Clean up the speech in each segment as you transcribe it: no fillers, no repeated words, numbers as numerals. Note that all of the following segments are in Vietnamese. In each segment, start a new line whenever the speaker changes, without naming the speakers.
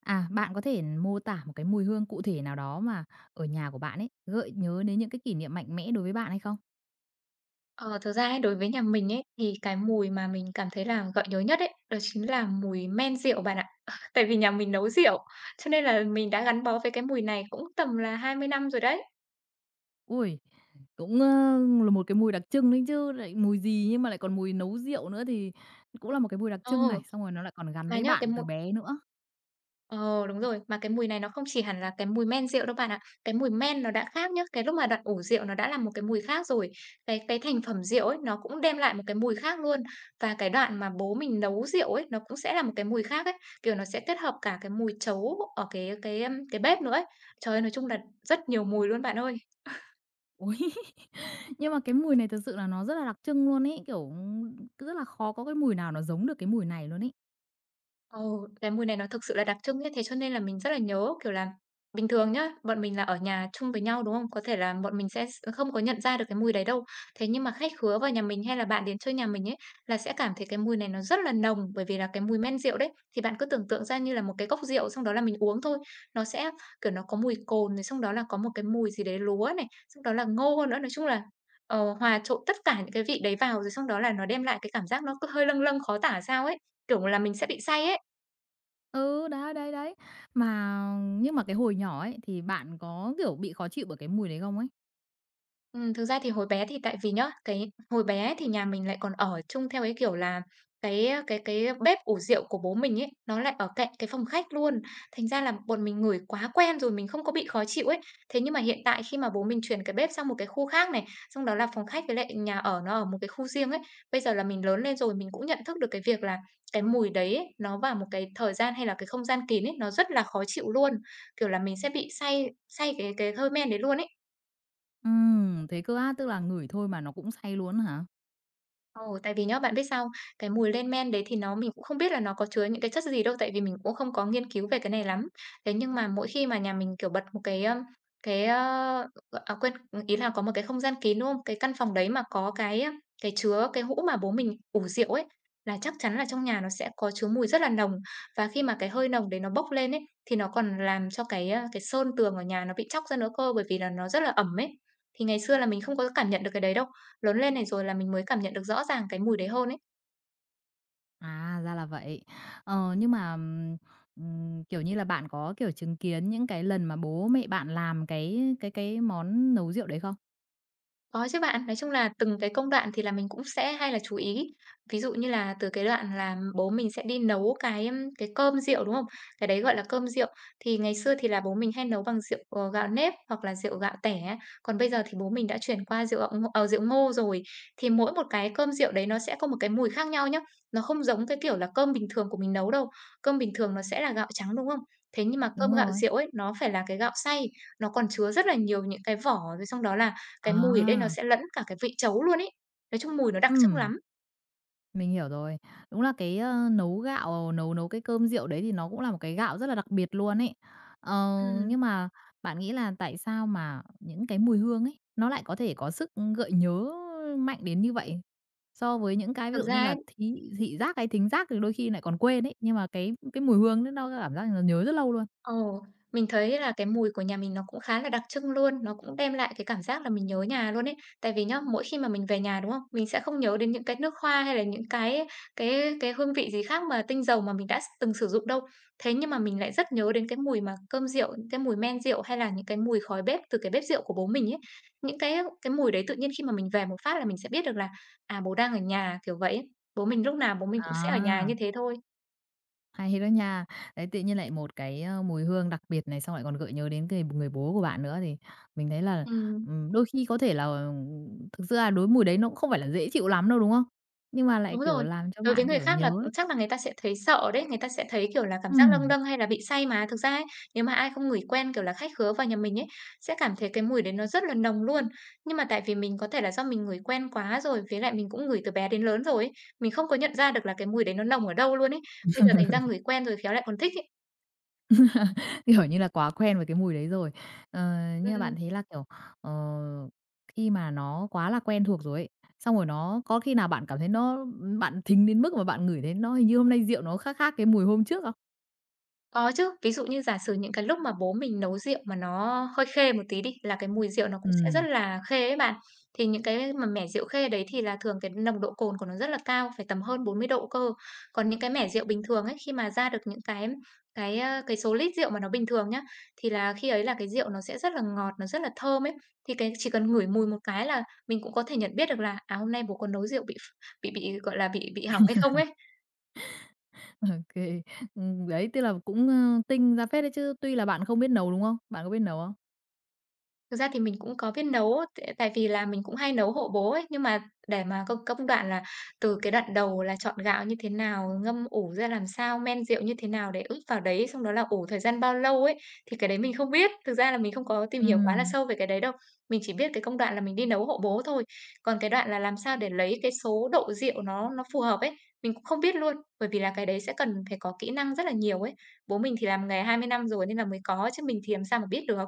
À, bạn có thể mô tả một cái mùi hương cụ thể nào đó mà ở nhà của bạn ấy, gợi nhớ đến những cái kỷ niệm mạnh mẽ đối với bạn hay không?
Ờ, thực ra ấy, đối với nhà mình ấy, thì cái mùi mà mình cảm thấy là gợi nhớ nhất ấy, đó chính là mùi men rượu bạn ạ. Tại vì nhà mình nấu rượu, cho nên là mình đã gắn bó với cái mùi này cũng tầm là 20 năm rồi đấy.
Ui, cũng, là một cái mùi đặc trưng đấy chứ, lại mùi gì nhưng mà lại còn mùi nấu rượu nữa thì cũng là một cái mùi đặc trưng
Ờ,
này, xong rồi nó lại còn gắn
mà
với
nhá, cái
bạn
mùi
từ bé nữa.
Ờ, đúng rồi. Mà cái mùi này nó không chỉ hẳn là cái mùi men rượu đâu bạn ạ. Cái mùi men nó đã khác nhá. Cái lúc mà đoạn ủ rượu nó đã là một cái mùi khác rồi. Cái thành phẩm rượu ấy nó cũng đem lại một cái mùi khác luôn. Và cái đoạn mà bố mình nấu rượu ấy, nó cũng sẽ là một cái mùi khác ấy. Kiểu, nó sẽ kết hợp cả cái mùi trấu ở cái bếp nữa ấy. Trời ơi, nói chung là rất nhiều mùi luôn bạn ơi.
Ôi, nhưng mà cái mùi này thực sự là nó rất là đặc trưng luôn ấy, kiểu, cứ rất là khó có cái mùi nào nó giống được cái mùi này luôn ấy.
Ồ, cái mùi này nó thực sự là đặc trưng ấy, thế cho nên là mình rất là nhớ, kiểu là, bình thường nhá, bọn mình là ở nhà chung với nhau, đúng không? Có thể là bọn mình sẽ không có nhận ra được cái mùi đấy đâu. Thế nhưng mà khách khứa vào nhà mình hay là bạn đến chơi nhà mình ấy, là sẽ cảm thấy cái mùi này nó rất là nồng, bởi vì là cái mùi men rượu đấy. Thì bạn cứ tưởng tượng ra như là một cái cốc rượu, xong đó là mình uống thôi, nó sẽ, kiểu, nó có mùi cồn, rồi xong đó là có một cái mùi gì đấy lúa này, xong đó là ngô nữa. Nói chung là, hòa trộn tất cả những cái vị đấy vào, rồi xong đó là nó đem lại cái cảm giác nó cứ hơi lâng lâng khó tả sao ấy, kiểu là mình sẽ bị say ấy.
Ừ, đấy, đấy, đấy. Mà nhưng mà cái hồi nhỏ ấy, thì bạn có, kiểu, bị khó chịu bởi cái mùi đấy không ấy?
Thực ra thì hồi bé thì tại vì nhá, cái hồi bé thì nhà mình lại còn ở chung theo cái kiểu là cái bếp ủ rượu của bố mình ấy, nó lại ở cạnh cái phòng khách luôn, thành ra là bọn mình ngửi quá quen rồi mình không có bị khó chịu ấy. Thế nhưng mà hiện tại khi mà bố mình chuyển cái bếp sang một cái khu khác này, xong đó là phòng khách với lại nhà ở nó ở một cái khu riêng ấy, bây giờ là mình lớn lên rồi mình cũng nhận thức được cái việc là cái mùi đấy ấy, nó vào một cái thời gian hay là cái không gian kín ấy, nó rất là khó chịu luôn, kiểu là mình sẽ bị say say cái hơi men đấy luôn ấy.
Thế cơ á, tức là ngửi thôi mà nó cũng say luôn hả?
Ồ, tại vì nhá, bạn biết sao? Cái mùi lên men đấy thì nó mình cũng không biết là nó có chứa những cái chất gì đâu, tại vì mình cũng không có nghiên cứu về cái này lắm. Thế nhưng mà mỗi khi mà nhà mình, kiểu, bật một cái, ơ, à, quên, ừ, ý là có một cái không gian kín, đúng không? Cái căn phòng đấy mà có cái chứa cái hũ mà bố mình ủ rượu ấy, là chắc chắn là trong nhà nó sẽ có chứa mùi rất là nồng. Và khi mà cái hơi nồng đấy nó bốc lên ấy, thì nó còn làm cho cái sơn tường ở nhà nó bị chóc ra nữa cơ, bởi vì là nó rất là ẩm ấy. Thì ngày xưa là mình không có cảm nhận được cái đấy đâu. Lớn lên này rồi là mình mới cảm nhận được rõ ràng cái mùi đấy hơn ấy.
À, ra là vậy. Ờ, nhưng mà, kiểu như là, bạn có, kiểu, chứng kiến những cái lần mà bố mẹ bạn làm cái món nấu rượu đấy không?
Có chứ bạn, nói chung là từng cái công đoạn thì là mình cũng sẽ hay là chú ý. Ví dụ như là từ cái đoạn là bố mình sẽ đi nấu cái cơm rượu, đúng không? Cái đấy gọi là cơm rượu. Thì ngày xưa thì là bố mình hay nấu bằng rượu, gạo nếp hoặc là rượu gạo tẻ á, còn bây giờ thì bố mình đã chuyển qua rượu gạo rượu ngô rồi. Thì mỗi một cái cơm rượu đấy nó sẽ có một cái mùi khác nhau nhá, nó không giống cái kiểu là cơm bình thường của mình nấu đâu. Cơm bình thường nó sẽ là gạo trắng, đúng không? Thế nhưng mà cơm
Đúng
gạo
rồi.
rượu ấy, nó phải là cái gạo xay, nó còn chứa rất là nhiều những cái vỏ, rồi xong đó là cái mùi ở đây nó
À,
sẽ lẫn cả cái vị trấu luôn ấy. Nói chung mùi nó đặc trưng
ừm.
lắm.
Mình hiểu rồi. Đúng là cái, nấu gạo, nấu nấu cái cơm rượu đấy thì nó cũng là một cái gạo rất là đặc biệt luôn ấy. Ờ,
Ừm,
nhưng mà bạn nghĩ là tại sao mà những cái mùi hương ấy, nó lại có thể có sức gợi nhớ mạnh đến như vậy? So với những cái ví
thực
dụ như
ra ấy
là thị thị giác hay thính giác thì đôi khi lại còn quên ấy, nhưng mà cái mùi hương đấy nó cảm giác là nhớ rất lâu luôn.
Ồ, mình thấy là cái mùi của nhà mình nó cũng khá là đặc trưng luôn, nó cũng đem lại cái cảm giác là mình nhớ nhà luôn ấy. Tại vì nhá, mỗi khi mà mình về nhà, đúng không? Mình sẽ không nhớ đến những cái nước hoa hay là những cái hương vị gì khác mà tinh dầu mà mình đã từng sử dụng đâu. Thế nhưng mà mình lại rất nhớ đến cái mùi mà cơm rượu, những cái mùi men rượu hay là những cái mùi khói bếp từ cái bếp rượu của bố mình ấy. Những cái mùi đấy tự nhiên khi mà mình về một phát là mình sẽ biết được là, à, bố đang ở nhà, kiểu vậy ấy. Bố mình lúc nào bố mình cũng sẽ ở nhà
À.
như thế thôi.
Hay đó nha. Đấy, tự nhiên lại một cái, mùi hương đặc biệt này, xong lại còn gợi nhớ đến người người bố của bạn nữa thì mình thấy là,
Ừm.
đôi khi có thể là, thực ra đối mùi đấy nó cũng không phải là dễ chịu lắm đâu, đúng không? Nhưng mà lại,
Đúng
kiểu,
rồi.
làm cho
Đối với
bạn,
người
kiểu,
khác là
nhớ
chắc là người ta sẽ thấy sợ đấy, người ta sẽ thấy, kiểu là, cảm giác lâng
ừm,
lâng hay là bị say mà. Thực ra ấy, nếu mà ai không ngửi quen, kiểu là, khách khứa vào nhà mình ấy, sẽ cảm thấy cái mùi đấy nó rất là nồng luôn. Nhưng mà tại vì mình có thể là do mình ngửi quen quá rồi, với lại mình cũng ngửi từ bé đến lớn rồi ấy, mình không có nhận ra được là cái mùi đấy nó nồng ở đâu luôn ấy. Bây giờ thành ra ngửi quen rồi khéo lại còn thích ấy.
kiểu như là, quá quen với cái mùi đấy rồi. Ờ, nhưng mà bạn
Ừm.
thấy là, kiểu, ờ, khi mà nó quá là quen thuộc rồi ấy, xong rồi nó có khi nào bạn cảm thấy nó bạn thính đến mức mà bạn ngửi thấy nó hình như hôm nay rượu nó khác khác cái mùi hôm trước không?
Có chứ, ví dụ như giả sử những cái lúc mà bố mình nấu rượu mà nó hơi khê một tí đi, là cái mùi rượu nó cũng sẽ rất
Ừm.
là khê ấy bạn. Thì những cái mà mẻ rượu khê đấy thì là thường cái nồng độ cồn của nó rất là cao, phải tầm hơn 40 độ cơ. Còn những cái mẻ rượu bình thường ấy, khi mà ra được những cái số lít rượu mà nó bình thường nhá, thì là khi ấy là cái rượu nó sẽ rất là ngọt, nó rất là thơm ấy. Thì cái chỉ cần ngửi mùi một cái là mình cũng có thể nhận biết được là, à, hôm nay bố có nấu rượu bị, gọi là, bị hỏng hay không ấy.
OK. Đấy, tức là cũng, tinh ra phết đấy chứ, tuy là bạn không biết nấu, đúng không? Bạn có biết nấu không?
Thực ra thì mình cũng có biết nấu á, tại vì là mình cũng hay nấu hộ bố ấy, nhưng mà để mà công công đoạn là từ cái đoạn đầu là chọn gạo như thế nào, ngâm ủ ra làm sao, men rượu như thế nào để ướp vào đấy, xong đó là ủ thời gian bao lâu ấy, thì cái đấy mình không biết. Thực ra là mình không có tìm hiểu quá là
Ừm.
sâu về cái đấy đâu, mình chỉ biết cái công đoạn là mình đi nấu hộ bố thôi. Còn cái đoạn là làm sao để lấy cái số độ rượu nó phù hợp ấy, mình cũng không biết luôn, bởi vì là cái đấy sẽ cần phải có kỹ năng rất là nhiều ấy. Bố mình thì làm nghề 20 năm rồi nên là mới có chứ mình thì làm sao mà biết được.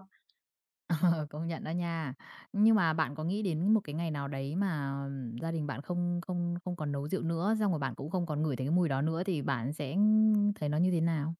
Ờ, công nhận đó nha. Nhưng mà bạn có nghĩ đến một cái ngày nào đấy mà, gia đình bạn không không không còn nấu rượu nữa, xong rồi bạn cũng không còn ngửi thấy cái mùi đó nữa thì bạn sẽ thấy nó như thế nào?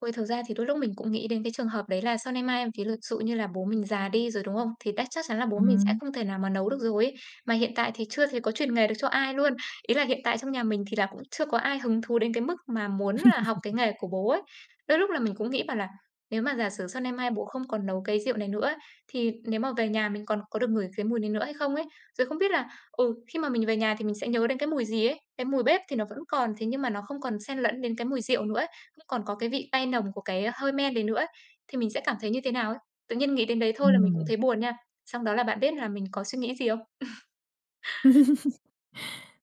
Ôi, thực ra thì đôi lúc mình cũng nghĩ đến cái trường hợp đấy là sau nay mai ví dụ như là bố mình già đi rồi, đúng không? Thì chắc chắn là bố mình sẽ
Ừm,
không thể nào mà nấu được rồi ấy. Mà hiện tại thì chưa thấy có truyền nghề được cho ai luôn. Ý là hiện tại trong nhà mình thì là cũng chưa có ai hứng thú đến cái mức mà muốn là học cái nghề của bố ấy. Đôi lúc là mình cũng nghĩ bảo là nếu mà giả sử sau nay mai bố không còn nấu cái rượu này nữa ấy, thì nếu mà về nhà mình còn có được ngửi cái mùi này nữa hay không ấy? Rồi không biết là, khi mà mình về nhà thì mình sẽ nhớ đến cái mùi gì ấy? Cái mùi bếp thì nó vẫn còn, thế nhưng mà nó không còn xen lẫn đến cái mùi rượu nữa ấy. Cũng còn có cái vị cay nồng của cái hơi men đấy nữa ấy, thì mình sẽ cảm thấy như thế nào ấy. Tự nhiên nghĩ đến đấy thôi là mình cũng
ừm.
thấy buồn nha. Xong đó là bạn biết là mình có suy nghĩ gì không?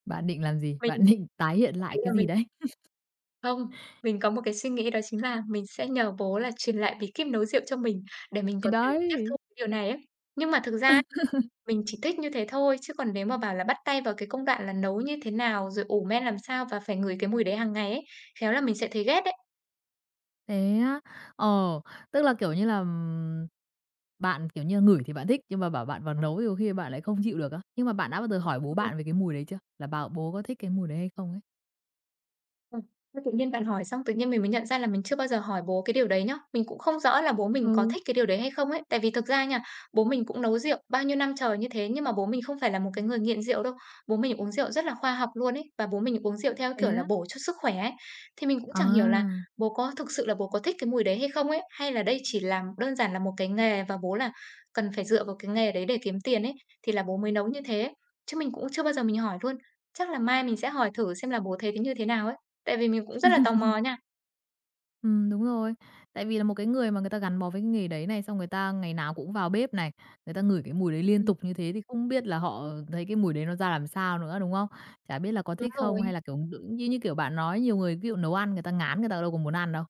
Bạn định làm gì?
Mình
Bạn định tái hiện
lúc
lại
đấy là
cái gì
mình
đấy?
không, mình có một cái suy nghĩ đó chính là mình sẽ nhờ bố là truyền lại bí kíp nấu rượu cho mình để mình
Thì
có thể là tiếp thu
đấy.
cái điều này ấy. Nhưng mà thực ra ấy, mình chỉ thích như thế thôi, chứ còn nếu mà bảo là bắt tay vào cái công đoạn là nấu như thế nào, rồi ủ men làm sao và phải ngửi cái mùi đấy hàng ngày ấy, khéo là mình sẽ thấy ghét đấy.
Thế á? Ờ, tức là, kiểu như là, bạn, kiểu như, là ngửi thì bạn thích, nhưng mà bảo bạn vào nấu thì có khi bạn lại không chịu được á. Nhưng mà bạn đã bao giờ hỏi bố bạn về cái mùi đấy chưa? Là bảo bố có thích cái mùi đấy hay không ấy?
Ừm, thế tự nhiên bạn hỏi xong tự nhiên mình mới nhận ra là mình chưa bao giờ hỏi bố cái điều đấy nhá. Mình cũng không rõ là bố mình có
Ừ,
thích cái điều đấy hay không ấy. Tại vì thực ra nha, bố mình cũng nấu rượu bao nhiêu năm trời như thế nhưng mà bố mình không phải là một cái người nghiện rượu đâu. Bố mình uống rượu rất là khoa học luôn ấy, và bố mình uống rượu theo kiểu
thế
là
á?
bổ cho sức khỏe ấy. Thì mình cũng chẳng hiểu là
À,
bố có thực sự là bố có thích cái mùi đấy hay không ấy, hay là đây chỉ là đơn giản là một cái nghề và bố là cần phải dựa vào cái nghề đấy để kiếm tiền ấy, thì là bố mới nấu như thế. Chứ mình cũng chưa bao giờ mình hỏi luôn. Chắc là mai mình sẽ hỏi thử xem là bố thấy thế như thế nào ấy. Tại vì mình cũng rất là tò mò nha.
đúng rồi. Tại vì là một cái người mà người ta gắn bó với cái nghề đấy này, xong người ta ngày nào cũng vào bếp này, người ta ngửi cái mùi đấy liên
Ừm,
tục như thế thì không biết là họ thấy cái mùi đấy nó ra làm sao nữa, đúng không? Chả biết là có
đúng
thích không
rồi.
hay là, kiểu, như như kiểu bạn nói, nhiều người ví dụ nấu ăn người ta ngán, người ta đâu có muốn ăn đâu.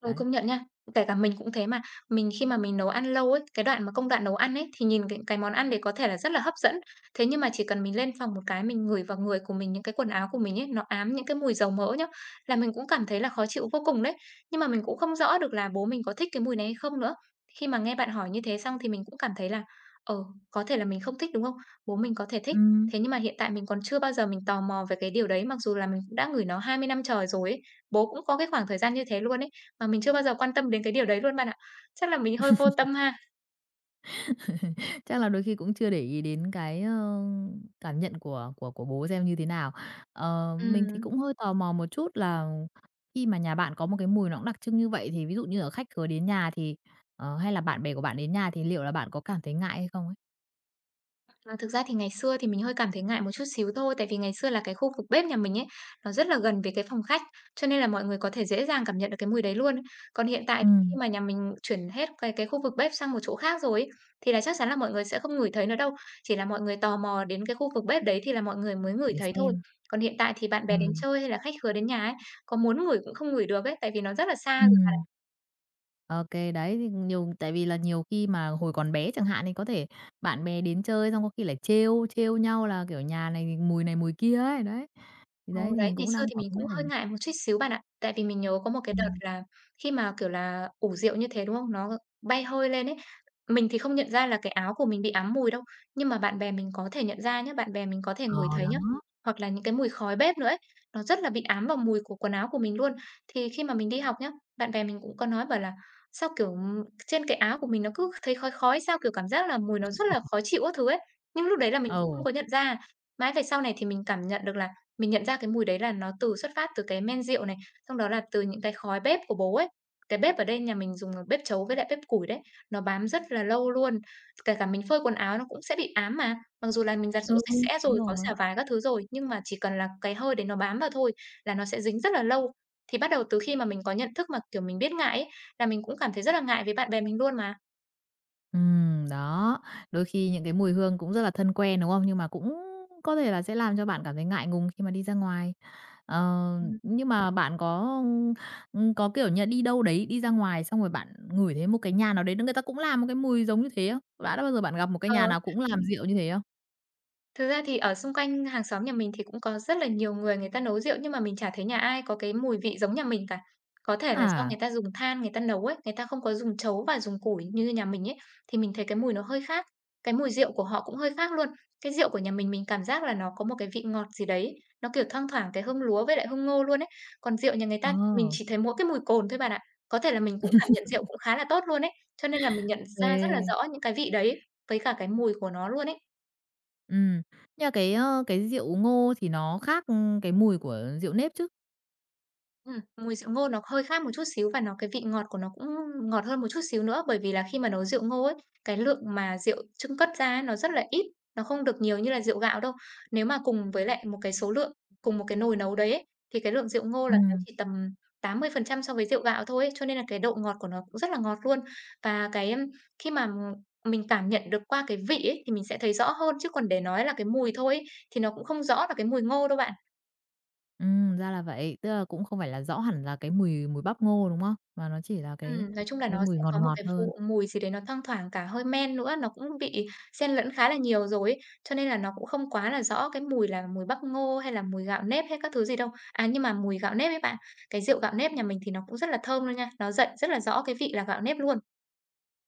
Ừ,
Đấy.
công nhận nha. Kể cả mình cũng thế mà, mình khi mà mình nấu ăn lâu ấy, cái đoạn mà công đoạn nấu ăn ấy, thì nhìn cái món ăn đấy có thể là rất là hấp dẫn. Thế nhưng mà chỉ cần mình lên phòng một cái mình ngửi vào người của mình, những cái quần áo của mình ấy, nó ám những cái mùi dầu mỡ nhá, là mình cũng cảm thấy là khó chịu vô cùng đấy. Nhưng mà mình cũng không rõ được là bố mình có thích cái mùi này hay không nữa. Khi mà nghe bạn hỏi như thế xong thì mình cũng cảm thấy là, ờ, có thể là mình không thích, đúng không? Bố mình có thể thích.
Ừm.
Thế nhưng mà hiện tại mình còn chưa bao giờ mình tò mò về cái điều đấy, mặc dù là mình cũng đã ngửi nó 20 năm trời rồi ấy. Bố cũng có cái khoảng thời gian như thế luôn ấy. Mà mình chưa bao giờ quan tâm đến cái điều đấy luôn bạn ạ. Chắc là mình hơi vô tâm ha.
Chắc là đôi khi cũng chưa để ý đến cái, cảm nhận của của bố xem như thế nào. Ờ, mình thì
Ừm,
cũng hơi tò mò một chút là khi mà nhà bạn có một cái mùi nó cũng đặc trưng như vậy thì ví dụ như ở khách khứa đến nhà thì, ờ, hay là bạn bè của bạn đến nhà thì liệu là bạn có cảm thấy ngại hay không ấy?
mà thực ra thì ngày xưa thì mình hơi cảm thấy ngại một chút xíu thôi, tại vì ngày xưa là cái khu vực bếp nhà mình ấy, nó rất là gần với cái phòng khách, cho nên là mọi người có thể dễ dàng cảm nhận được cái mùi đấy luôn. Còn hiện tại thì khi
Ừm,
mà nhà mình chuyển hết cái khu vực bếp sang một chỗ khác rồi ấy, thì là chắc chắn là mọi người sẽ không ngửi thấy nữa đâu, chỉ là mọi người tò mò đến cái khu vực bếp đấy thì là mọi người mới ngửi
để
thấy thôi.
xem.
Còn hiện tại thì bạn bè đến
Ừm,
chơi hay là khách khứa đến nhà ấy, có muốn ngửi cũng không ngửi được ấy, tại vì nó rất là xa.
ừm. Ô đấy, thì nhiều tại vì là nhiều khi mà hồi còn bé chẳng hạn thì có thể bạn bè đến chơi xong có khi lại trêu trêu nhau là, kiểu, nhà này mùi kia ấy, đấy. Thì đấy,
Ồ,
thì
đấy,
mình
ngày
cũng
xưa
đang
thì
bảo
mình
không biết
cũng
là
hơi ngại một chút xíu bạn ạ. Tại vì mình nhớ có một cái đợt
ừm.
là khi mà, kiểu là, ủ rượu như thế, đúng không? Nó bay hơi lên ấy. Mình thì không nhận ra là cái áo của mình bị ám mùi đâu, nhưng mà bạn bè mình có thể nhận ra nhá, bạn bè mình có thể
Ờ,
ngửi thấy
đó,
nhá. Hoặc là những cái mùi khói bếp nữa ấy, nó rất là bị ám vào mùi của quần áo của mình luôn. Thì khi mà mình đi học nhá, bạn bè mình cũng có nói bảo là "Sao, kiểu, trên cái áo của mình nó cứ thấy khói khói sao?" Kiểu, cảm giác là mùi nó rất là khó chịu các thứ ấy. Nhưng lúc đấy là mình cũng không
ừ,
có nhận ra. Mãi về sau này thì mình cảm nhận được là mình nhận ra cái mùi đấy là nó từ xuất phát từ cái men rượu này, xong đó là từ những cái khói bếp của bố ấy. Cái bếp ở đây nhà mình dùng là bếp chấu với lại bếp củi đấy, nó bám rất là lâu luôn. Kể cả mình phơi quần áo nó cũng sẽ bị ám mà, mặc dù là mình giặt giũ
ừ,
sạch sẽ
đúng
rồi, có
rồi.
xả vải các thứ rồi, nhưng mà chỉ cần là cái hơi đấy nó bám vào thôi là nó sẽ dính rất là lâu. Thì bắt đầu từ khi mà mình có nhận thức mà, kiểu, mình biết ngại ấy, là mình cũng cảm thấy rất là ngại với bạn bè mình luôn mà.
Đó, đôi khi những cái mùi hương cũng rất là thân quen, đúng không? Nhưng mà cũng có thể là sẽ làm cho bạn cảm thấy ngại ngùng khi mà đi ra ngoài. Ờ,
Ừm.
nhưng mà bạn có, kiểu như là, đi đâu đấy, đi ra ngoài xong rồi bạn ngửi thấy một cái nhà nào đấy người ta cũng làm một cái mùi giống như thế không? Đã bao giờ bạn gặp một cái nhà
Ờ.
nào cũng làm rượu như thế không?
Thực ra thì ở xung quanh hàng xóm nhà mình thì cũng có rất là nhiều người người ta nấu rượu nhưng mà mình chả thấy nhà ai có cái mùi vị giống nhà mình cả. Có thể là do
À,
người ta dùng than người ta nấu ấy, người ta không có dùng trấu và dùng củi như nhà mình ấy, thì mình thấy cái mùi nó hơi khác. Cái mùi rượu của họ cũng hơi khác luôn. Cái rượu của nhà mình cảm giác là nó có một cái vị ngọt gì đấy, nó kiểu thoang thoảng cái hương lúa với lại hương ngô luôn ấy. Còn rượu nhà người
ờ,
ta mình
ô
chỉ thấy mỗi cái mùi cồn thôi bạn ạ. Có thể là mình cũng cảm nhận rượu cũng khá là tốt luôn ấy, cho nên là mình nhận ra rất là rõ những cái vị đấy với cả cái mùi của nó luôn ấy.
Ừm, nhưng mà cái, cái rượu ngô thì nó khác, cái mùi của rượu nếp chứ?
Mùi rượu ngô nó hơi khác một chút xíu và nó cái vị ngọt của nó cũng ngọt hơn một chút xíu nữa, bởi vì là khi mà nấu rượu ngô ấy, cái lượng mà rượu chưng cất ra ấy nó rất là ít, nó không được nhiều như là rượu gạo đâu. Nếu mà cùng với lại một cái số lượng, cùng một cái nồi nấu đấy ấy, thì cái lượng rượu ngô là nó
Ừm.
chỉ tầm 80% so với rượu gạo thôi ấy, cho nên là cái độ ngọt của nó cũng rất là ngọt luôn. Và cái, khi mà mình cảm nhận được qua cái vị ấy thì mình sẽ thấy rõ hơn, chứ còn để nói là cái mùi thôi ấy, thì nó cũng không rõ là cái mùi ngô đâu bạn.
Ra là vậy. Tức là cũng không phải là rõ hẳn là cái mùi mùi bắp ngô, đúng không? Mà nó chỉ là
Nói chung là
cái
nó
mùi
sẽ
ngọt
có một
ngọt
cái
hơn.
vụ mùi gì đấy nó thoang thoảng cả hơi men nữa, nó cũng bị xen lẫn khá là nhiều rồi ấy, cho nên là nó cũng không quá là rõ cái mùi là mùi bắp ngô hay là mùi gạo nếp hay các thứ gì đâu. À, nhưng mà mùi gạo nếp ấy bạn, cái rượu gạo nếp nhà mình thì nó cũng rất là thơm luôn nha, nó dậy rất là rõ cái vị là gạo nếp luôn.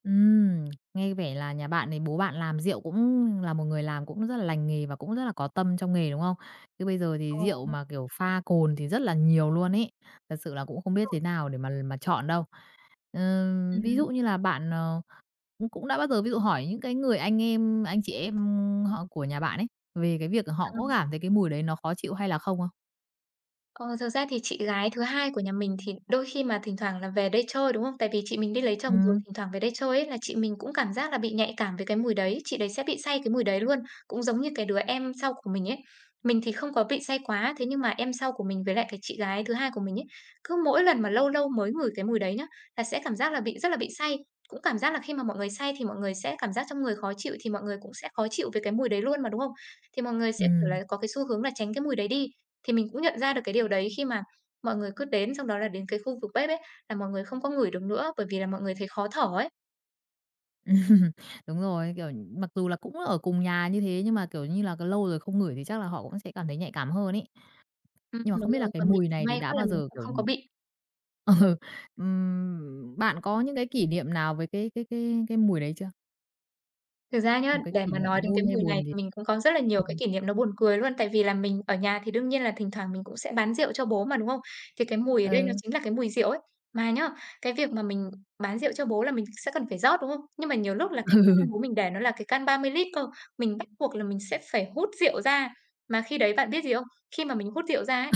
Ừm, nghe vẻ là nhà bạn này, bố bạn làm rượu cũng là một người làm cũng rất là lành nghề và cũng rất là có tâm trong nghề, đúng không? Chứ bây giờ thì
Ồ,
rượu
đúng
mà, kiểu, pha cồn thì rất là nhiều luôn ấy. Thật sự là cũng không biết
rồi.
thế nào để mà chọn đâu. Ví
Ừm.
dụ như là bạn, ờ, cũng cũng đã bao giờ ví dụ hỏi những cái người anh em, anh chị em họ của nhà bạn ấy, về cái việc họ có cảm thấy cái mùi đấy nó khó chịu hay là không không?
Ờ, thực ra thì chị gái thứ hai của nhà mình thì đôi khi mà thỉnh thoảng là về đây chơi, đúng không? Tại vì chị mình đi lấy chồng rồi,
Ừm.
thỉnh thoảng về đây chơi ấy, là chị mình cũng cảm giác là bị nhạy cảm với cái mùi đấy, chị đấy sẽ bị say cái mùi đấy luôn, cũng giống như cái đứa em sau của mình ấy. Mình thì không có bị say quá, thế nhưng mà em sau của mình với lại cái chị gái thứ hai của mình ấy, cứ mỗi lần mà lâu lâu mới ngửi cái mùi đấy nhá, là sẽ cảm giác là bị rất là bị say. Cũng cảm giác là khi mà mọi người say thì mọi người sẽ cảm giác trong người khó chịu thì mọi người cũng sẽ khó chịu với cái mùi đấy luôn mà, đúng không? Thì mọi người sẽ, kiểu
Ừm.
là, có cái xu hướng là tránh cái mùi đấy đi. Thì mình cũng nhận ra được cái điều đấy khi mà mọi người cứ đến, xong đó là đến cái khu vực bếp ấy, là mọi người không có ngửi được nữa, bởi vì là mọi người thấy khó thở ấy.
Đúng rồi, kiểu, mặc dù là cũng ở cùng nhà như thế nhưng mà, kiểu như là, cái lâu rồi không ngửi thì chắc là họ cũng sẽ cảm thấy nhạy cảm hơn ấy. Nhưng mà
Đúng
không biết là
rồi,
cái
còn mình
mùi
thì
này thì
may quá
đã
là
bao
mình
giờ,
cũng
kiểu
không có bị.
ừ, bạn có những cái kỷ niệm nào với cái mùi đấy chưa?
Thực ra nhá,
Một cái
để
kỷ
mà
niệm
nói đến cái
vui hay
mùi này
buồn gì?
thì mình cũng có rất là nhiều cái kỷ niệm nó buồn cười luôn. Tại vì là mình ở nhà thì đương nhiên là thỉnh thoảng mình cũng sẽ bán rượu cho bố mà, đúng không? Thì cái mùi ở đây nó
Ừ,
chính là cái mùi rượu ấy. Mà nhá, cái việc mà mình bán rượu cho bố là mình sẽ cần phải rót, đúng không? Nhưng mà nhiều lúc là cái
ừ,
can bố mình để nó là cái can 30 lít cơ, mình bắt buộc là mình sẽ phải hút rượu ra. Mà khi đấy bạn biết gì không? Khi mà mình hút rượu ra ấy,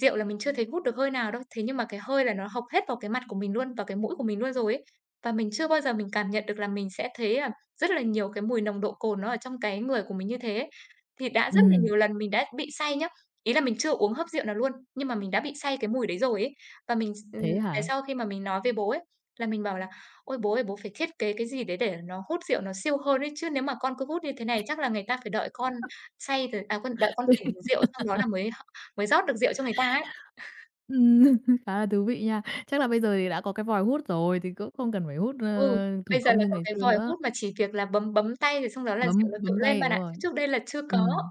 rượu là mình chưa thấy hút được hơi nào đâu, thế nhưng mà cái hơi là nó hộc hết vào cái mặt của mình luôn, vào cái mũi của mình luôn rồi ấy. Và mình chưa bao giờ mình cảm nhận được là mình sẽ thấy à, rất là nhiều cái mùi nồng độ cồn nó ở trong cái người của mình như thế, thì đã rất là
ừm,
nhiều lần mình đã bị say nhá. Ý là mình chưa uống hớp rượu nào luôn, nhưng mà mình đã bị say cái mùi đấy rồi ấy. Và mình s
thế
về
hả?
sau khi mà mình nói với bố ấy, là mình bảo là "Ôi, bố ơi, bố phải thiết kế cái gì đấy để nó hút rượu nó siêu hơn ấy, chứ nếu mà con cứ hút như thế này chắc là người ta phải đợi con say rồi à, con đợi con tỉnh rượu xong đó là mới mới rót được rượu cho người ta ấy."
Ừm, khá là thú vị nha. Chắc là bây giờ thì đã có cái vòi hút rồi thì cũng không cần phải hút,
Ừ,
thủ
bây giờ
công
là
như
có
ngày
cái
xưa
vòi
nữa.
hút mà chỉ việc là bấm bấm tay rồi xong đó là rượu
Bấm
nó tự
bấm
lên
tay,
bạn
đúng
ạ, chứ
rồi.
trước đây là chưa có,
Ừm.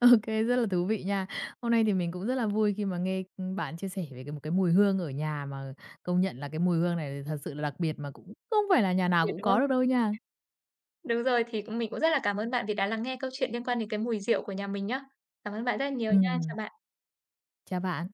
OK, rất là thú vị nha. Hôm nay thì mình cũng rất là vui khi mà nghe, bạn chia sẻ về cái một cái mùi hương ở nhà mà công nhận là cái mùi hương này thật sự là đặc biệt mà cũng không phải là nhà nào
hiểu
cũng
đúng không?
có được đâu nha.
Đúng rồi, thì cũng mình cũng rất là cảm ơn bạn vì đã lắng nghe câu chuyện liên quan đến cái mùi rượu của nhà mình nhá. Cảm ơn bạn rất là nhiều nha, chào
Ừm,
bạn.
chào bạn.